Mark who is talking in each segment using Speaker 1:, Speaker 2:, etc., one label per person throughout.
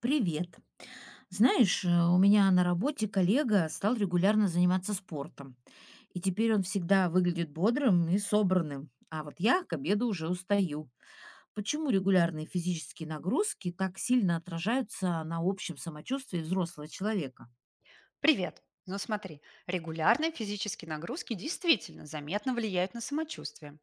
Speaker 1: Привет. Знаешь, у меня на работе коллега стал регулярно заниматься спортом. И теперь он всегда выглядит бодрым и собранным. А вот я к обеду уже устаю. Почему регулярные физические нагрузки так сильно отражаются на общем самочувствии взрослого человека?
Speaker 2: Привет! Ну смотри, регулярные физические нагрузки действительно заметно влияют на самочувствие.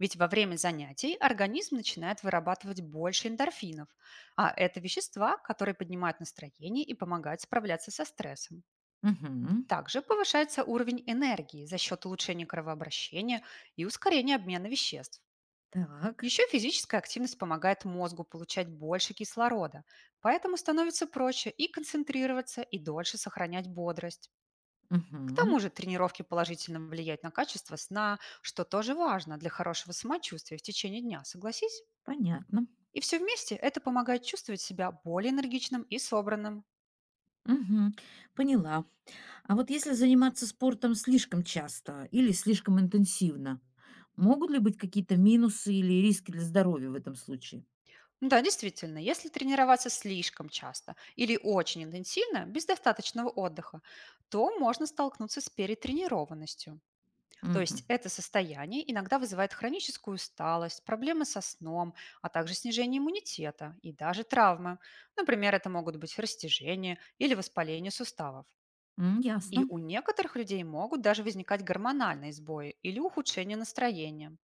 Speaker 2: Ведь во время занятий организм начинает вырабатывать больше эндорфинов, а это вещества, которые поднимают настроение и помогают справляться со стрессом.
Speaker 1: Угу.
Speaker 2: Также повышается уровень энергии за счет улучшения кровообращения и ускорения обмена веществ.
Speaker 1: Так.
Speaker 2: Еще физическая активность помогает мозгу получать больше кислорода, поэтому становится проще и концентрироваться, и дольше сохранять бодрость. К
Speaker 1: Угу.
Speaker 2: тому же тренировки положительно влияют на качество сна, что тоже важно для хорошего самочувствия в течение дня, согласись?
Speaker 1: Понятно.
Speaker 2: И все вместе это помогает чувствовать себя более энергичным и собранным.
Speaker 1: Угу. Поняла. А вот если заниматься спортом слишком часто или слишком интенсивно, могут ли быть какие-то минусы или риски для здоровья в этом случае?
Speaker 2: Да, действительно, если тренироваться слишком часто или очень интенсивно, без достаточного отдыха, то можно столкнуться с перетренированностью. То есть
Speaker 1: Мгм.
Speaker 2: это состояние иногда вызывает хроническую усталость, проблемы со сном, а также снижение иммунитета и даже травмы. Например, это могут быть растяжение или воспаление суставов.
Speaker 1: М,
Speaker 2: И
Speaker 1: ясно.
Speaker 2: у некоторых людей могут даже возникать гормональные сбои или ухудшение настроения.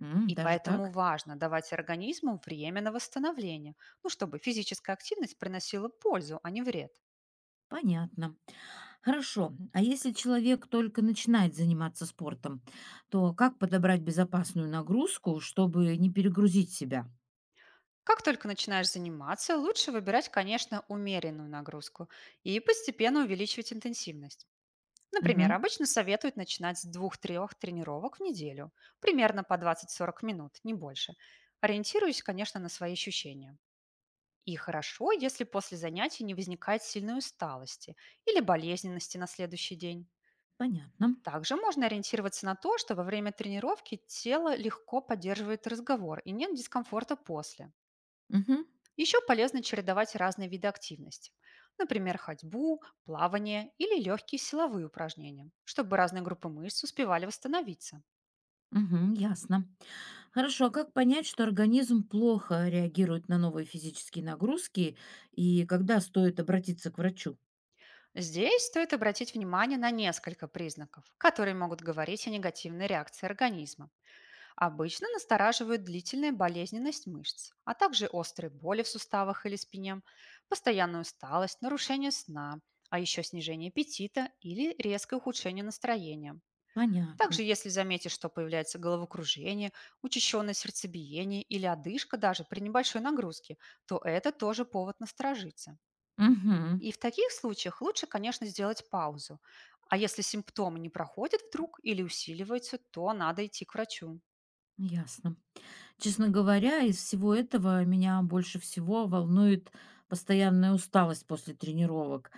Speaker 1: М,
Speaker 2: И
Speaker 1: даже
Speaker 2: поэтому
Speaker 1: так?
Speaker 2: важно давать организму время на восстановление, ну, чтобы физическая активность приносила пользу, а не вред.
Speaker 1: Понятно. Хорошо. А если человек только начинает заниматься спортом, то как подобрать безопасную нагрузку, чтобы не перегрузить себя?
Speaker 2: Как только начинаешь заниматься, лучше выбирать, конечно, умеренную нагрузку и постепенно увеличивать интенсивность. Например,
Speaker 1: Мгм.
Speaker 2: обычно советуют начинать с двух-трех тренировок в неделю, примерно по двадцать-сорок минут, не больше. Ориентируясь, конечно, на свои ощущения. И хорошо, если после занятий не возникает сильной усталости или болезненности на следующий день.
Speaker 1: Понятно.
Speaker 2: Также можно ориентироваться на то, что во время тренировки тело легко поддерживает разговор и нет дискомфорта после.
Speaker 1: Мгм.
Speaker 2: Еще полезно чередовать разные виды активности. Например, ходьбу, плавание или легкие силовые упражнения, чтобы разные группы мышц успевали восстановиться.
Speaker 1: Мгм, ясно. Хорошо, а как понять, что организм плохо реагирует на новые физические нагрузки и когда стоит обратиться к врачу?
Speaker 2: Здесь стоит обратить внимание на несколько признаков, которые могут говорить о негативной реакции организма. Обычно настораживают длительная болезненность мышц, а также острые боли в суставах или спине, постоянная усталость, нарушение сна, а еще снижение аппетита или резкое ухудшение настроения. Также,
Speaker 1: Понятно.
Speaker 2: если заметишь, что появляется головокружение, учащенное сердцебиение или одышка даже при небольшой нагрузке, то это тоже повод насторожиться.
Speaker 1: Угу,
Speaker 2: И в таких случаях лучше, конечно, сделать паузу. А если симптомы не проходят вдруг или усиливаются, то надо идти к врачу.
Speaker 1: ясно. Честно говоря, из всего этого меня больше всего волнует постоянная усталость после тренировок.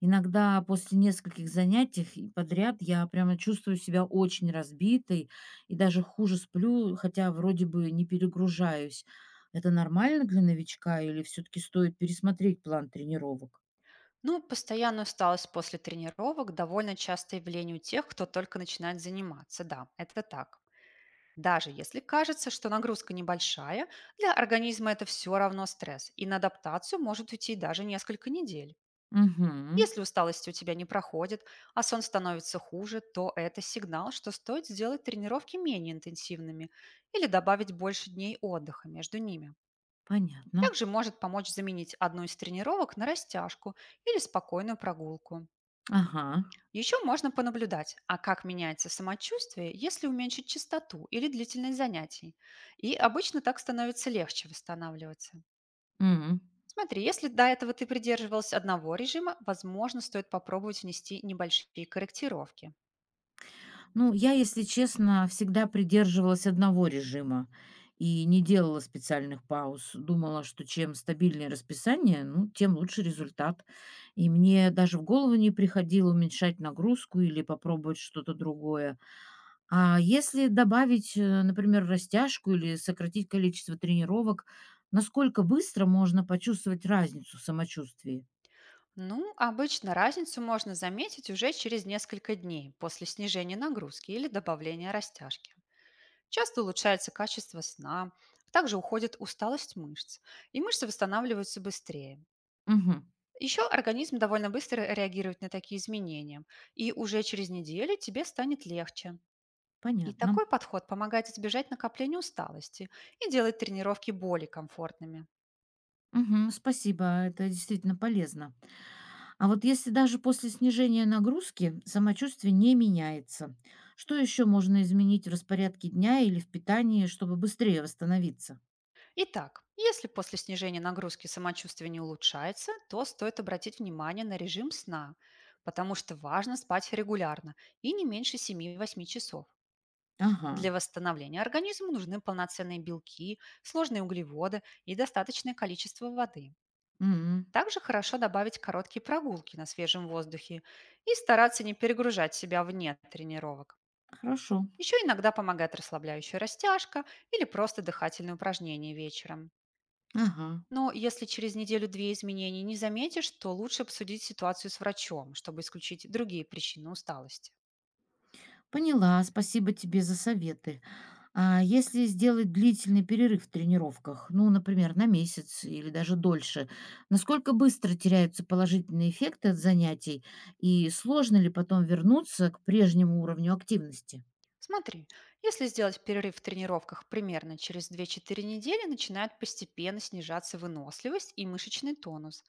Speaker 1: Иногда после нескольких занятий и подряд я прямо чувствую себя очень разбитой и даже хуже сплю, хотя вроде бы не перегружаюсь. Это нормально для новичка или все-таки стоит пересмотреть план тренировок?
Speaker 2: Ну, постоянная усталость после тренировок — довольно частое явление у тех, кто только начинает заниматься. Да, это так. Даже если кажется, что нагрузка небольшая, для организма это все равно стресс, и на адаптацию может уйти даже несколько недель.
Speaker 1: Угу,
Speaker 2: Если усталость у тебя не проходит, а сон становится хуже, то это сигнал, что стоит сделать тренировки менее интенсивными или добавить больше дней отдыха между ними.
Speaker 1: понятно.
Speaker 2: Также может помочь заменить одну из тренировок на растяжку или спокойную прогулку.
Speaker 1: Ага.
Speaker 2: Еще можно понаблюдать, а как меняется самочувствие, если уменьшить частоту или длительность занятий. И обычно так становится легче восстанавливаться.
Speaker 1: Мгм.
Speaker 2: Смотри, если до этого ты придерживалась одного режима, возможно, стоит попробовать внести небольшие корректировки.
Speaker 1: Ну, я, если честно, всегда придерживалась одного режима и не делала специальных пауз. Думала, что чем стабильнее расписание, ну, тем лучше результат. И мне даже в голову не приходило уменьшать нагрузку или попробовать что-то другое. А если добавить, например, растяжку или сократить количество тренировок, насколько быстро можно почувствовать разницу в самочувствии?
Speaker 2: Ну, обычно разницу можно заметить уже через несколько дней после снижения нагрузки или добавления растяжки. Часто улучшается качество сна, также уходит усталость мышц, и мышцы восстанавливаются быстрее.
Speaker 1: Угу,
Speaker 2: Еще организм довольно быстро реагирует на такие изменения, и уже через неделю тебе станет легче. И
Speaker 1: понятно.
Speaker 2: такой подход помогает избежать накопления усталости и делает тренировки более комфортными.
Speaker 1: Угу, спасибо, это действительно полезно. А вот если даже после снижения нагрузки самочувствие не меняется, что еще можно изменить в распорядке дня или в питании, чтобы быстрее восстановиться?
Speaker 2: Итак, если после снижения нагрузки самочувствие не улучшается, то стоит обратить внимание на режим сна, потому что важно спать регулярно и не меньше семи-восьми часов.
Speaker 1: Ага.
Speaker 2: Для восстановления организма нужны полноценные белки, сложные углеводы и достаточное количество воды.
Speaker 1: М.
Speaker 2: Также хорошо добавить короткие прогулки на свежем воздухе и стараться не перегружать себя вне тренировок.
Speaker 1: Хорошо.
Speaker 2: Еще иногда помогает расслабляющая растяжка или просто дыхательные упражнения вечером.
Speaker 1: Ага.
Speaker 2: Но если через неделю-две изменений не заметишь, то лучше обсудить ситуацию с врачом, чтобы исключить другие причины усталости.
Speaker 1: Поняла, спасибо тебе за советы. А если сделать длительный перерыв в тренировках, ну, например, на месяц или даже дольше, насколько быстро теряются положительные эффекты от занятий и сложно ли потом вернуться к прежнему уровню активности?
Speaker 2: Смотри, если сделать перерыв в тренировках примерно через две-четыре недели, начинает постепенно снижаться выносливость и мышечный тонус.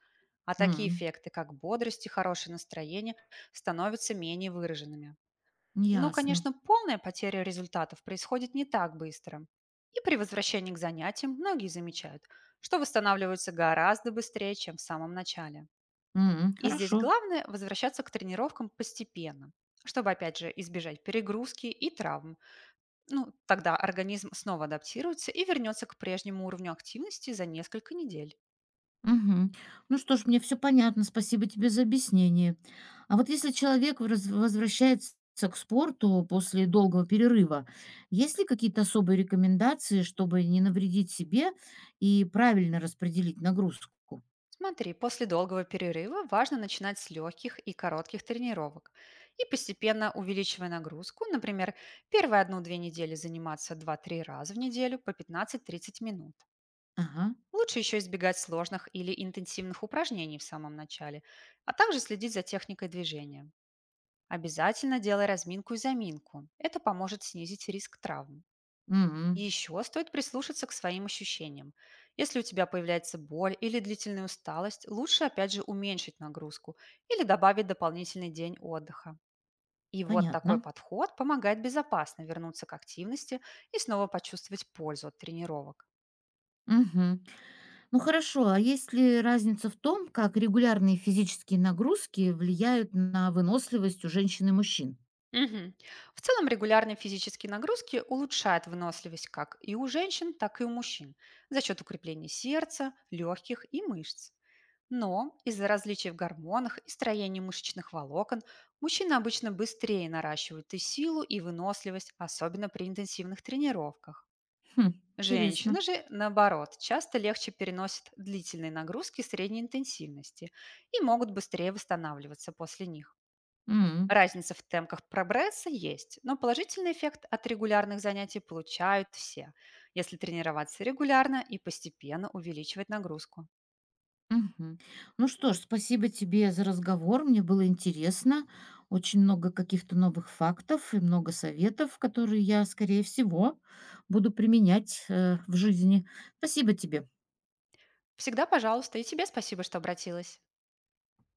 Speaker 2: А такие
Speaker 1: М,
Speaker 2: эффекты, как бодрость и хорошее настроение, становятся менее выраженными. Но,
Speaker 1: ясно.
Speaker 2: конечно, полная потеря результатов происходит не так быстро. И при возвращении к занятиям многие замечают, что восстанавливаются гораздо быстрее, чем в самом начале.
Speaker 1: М,
Speaker 2: И здесь
Speaker 1: хорошо.
Speaker 2: главное — возвращаться к тренировкам постепенно, чтобы, опять же, избежать перегрузки и травм. Ну, тогда организм снова адаптируется и вернется к прежнему уровню активности за несколько недель.
Speaker 1: Мгм. Ну что ж, мне все понятно. Спасибо тебе за объяснение. А вот если человек враз возвращается к спорту после долгого перерыва, есть ли какие-то особые рекомендации, чтобы не навредить себе и правильно распределить нагрузку?
Speaker 2: Смотри, после долгого перерыва важно начинать с легких и коротких тренировок и постепенно увеличивая нагрузку, например, первые одну-две недели заниматься два-три раза в неделю по 15-30 минут.
Speaker 1: Ага.
Speaker 2: Лучше еще избегать сложных или интенсивных упражнений в самом начале, а также следить за техникой движения. Обязательно делай разминку и заминку. Это поможет снизить риск травм. И
Speaker 1: М,
Speaker 2: еще стоит прислушаться к своим ощущениям. Если у тебя появляется боль или длительная усталость, лучше опять же уменьшить нагрузку или добавить дополнительный день отдыха. И вот такой
Speaker 1: понятно.
Speaker 2: подход помогает безопасно вернуться к активности и снова почувствовать пользу от тренировок.
Speaker 1: Мгм. Ну хорошо, а есть ли разница в том, как регулярные физические нагрузки влияют на выносливость у женщин и мужчин?
Speaker 2: Мгм. В целом регулярные физические нагрузки улучшают выносливость как и у женщин, так и у мужчин за счет укрепления сердца, легких и мышц. Но из-за различий в гормонах и строении мышечных волокон мужчины обычно быстрее наращивают и силу, и выносливость, особенно при интенсивных тренировках.
Speaker 1: Хм, интересно.
Speaker 2: Женщины же, наоборот, часто легче переносят длительные нагрузки средней интенсивности и могут быстрее восстанавливаться после них.
Speaker 1: М.
Speaker 2: Разница в темпах прогресса есть, но положительный эффект от регулярных занятий получают все, если тренироваться регулярно и постепенно увеличивать нагрузку.
Speaker 1: Мгм. Ну что ж, спасибо тебе за разговор. Мне было интересно. Очень много каких-то новых фактов и много советов, которые я, скорее всего, буду применять в жизни. Спасибо тебе.
Speaker 2: Всегда пожалуйста, и тебе спасибо, что обратилась.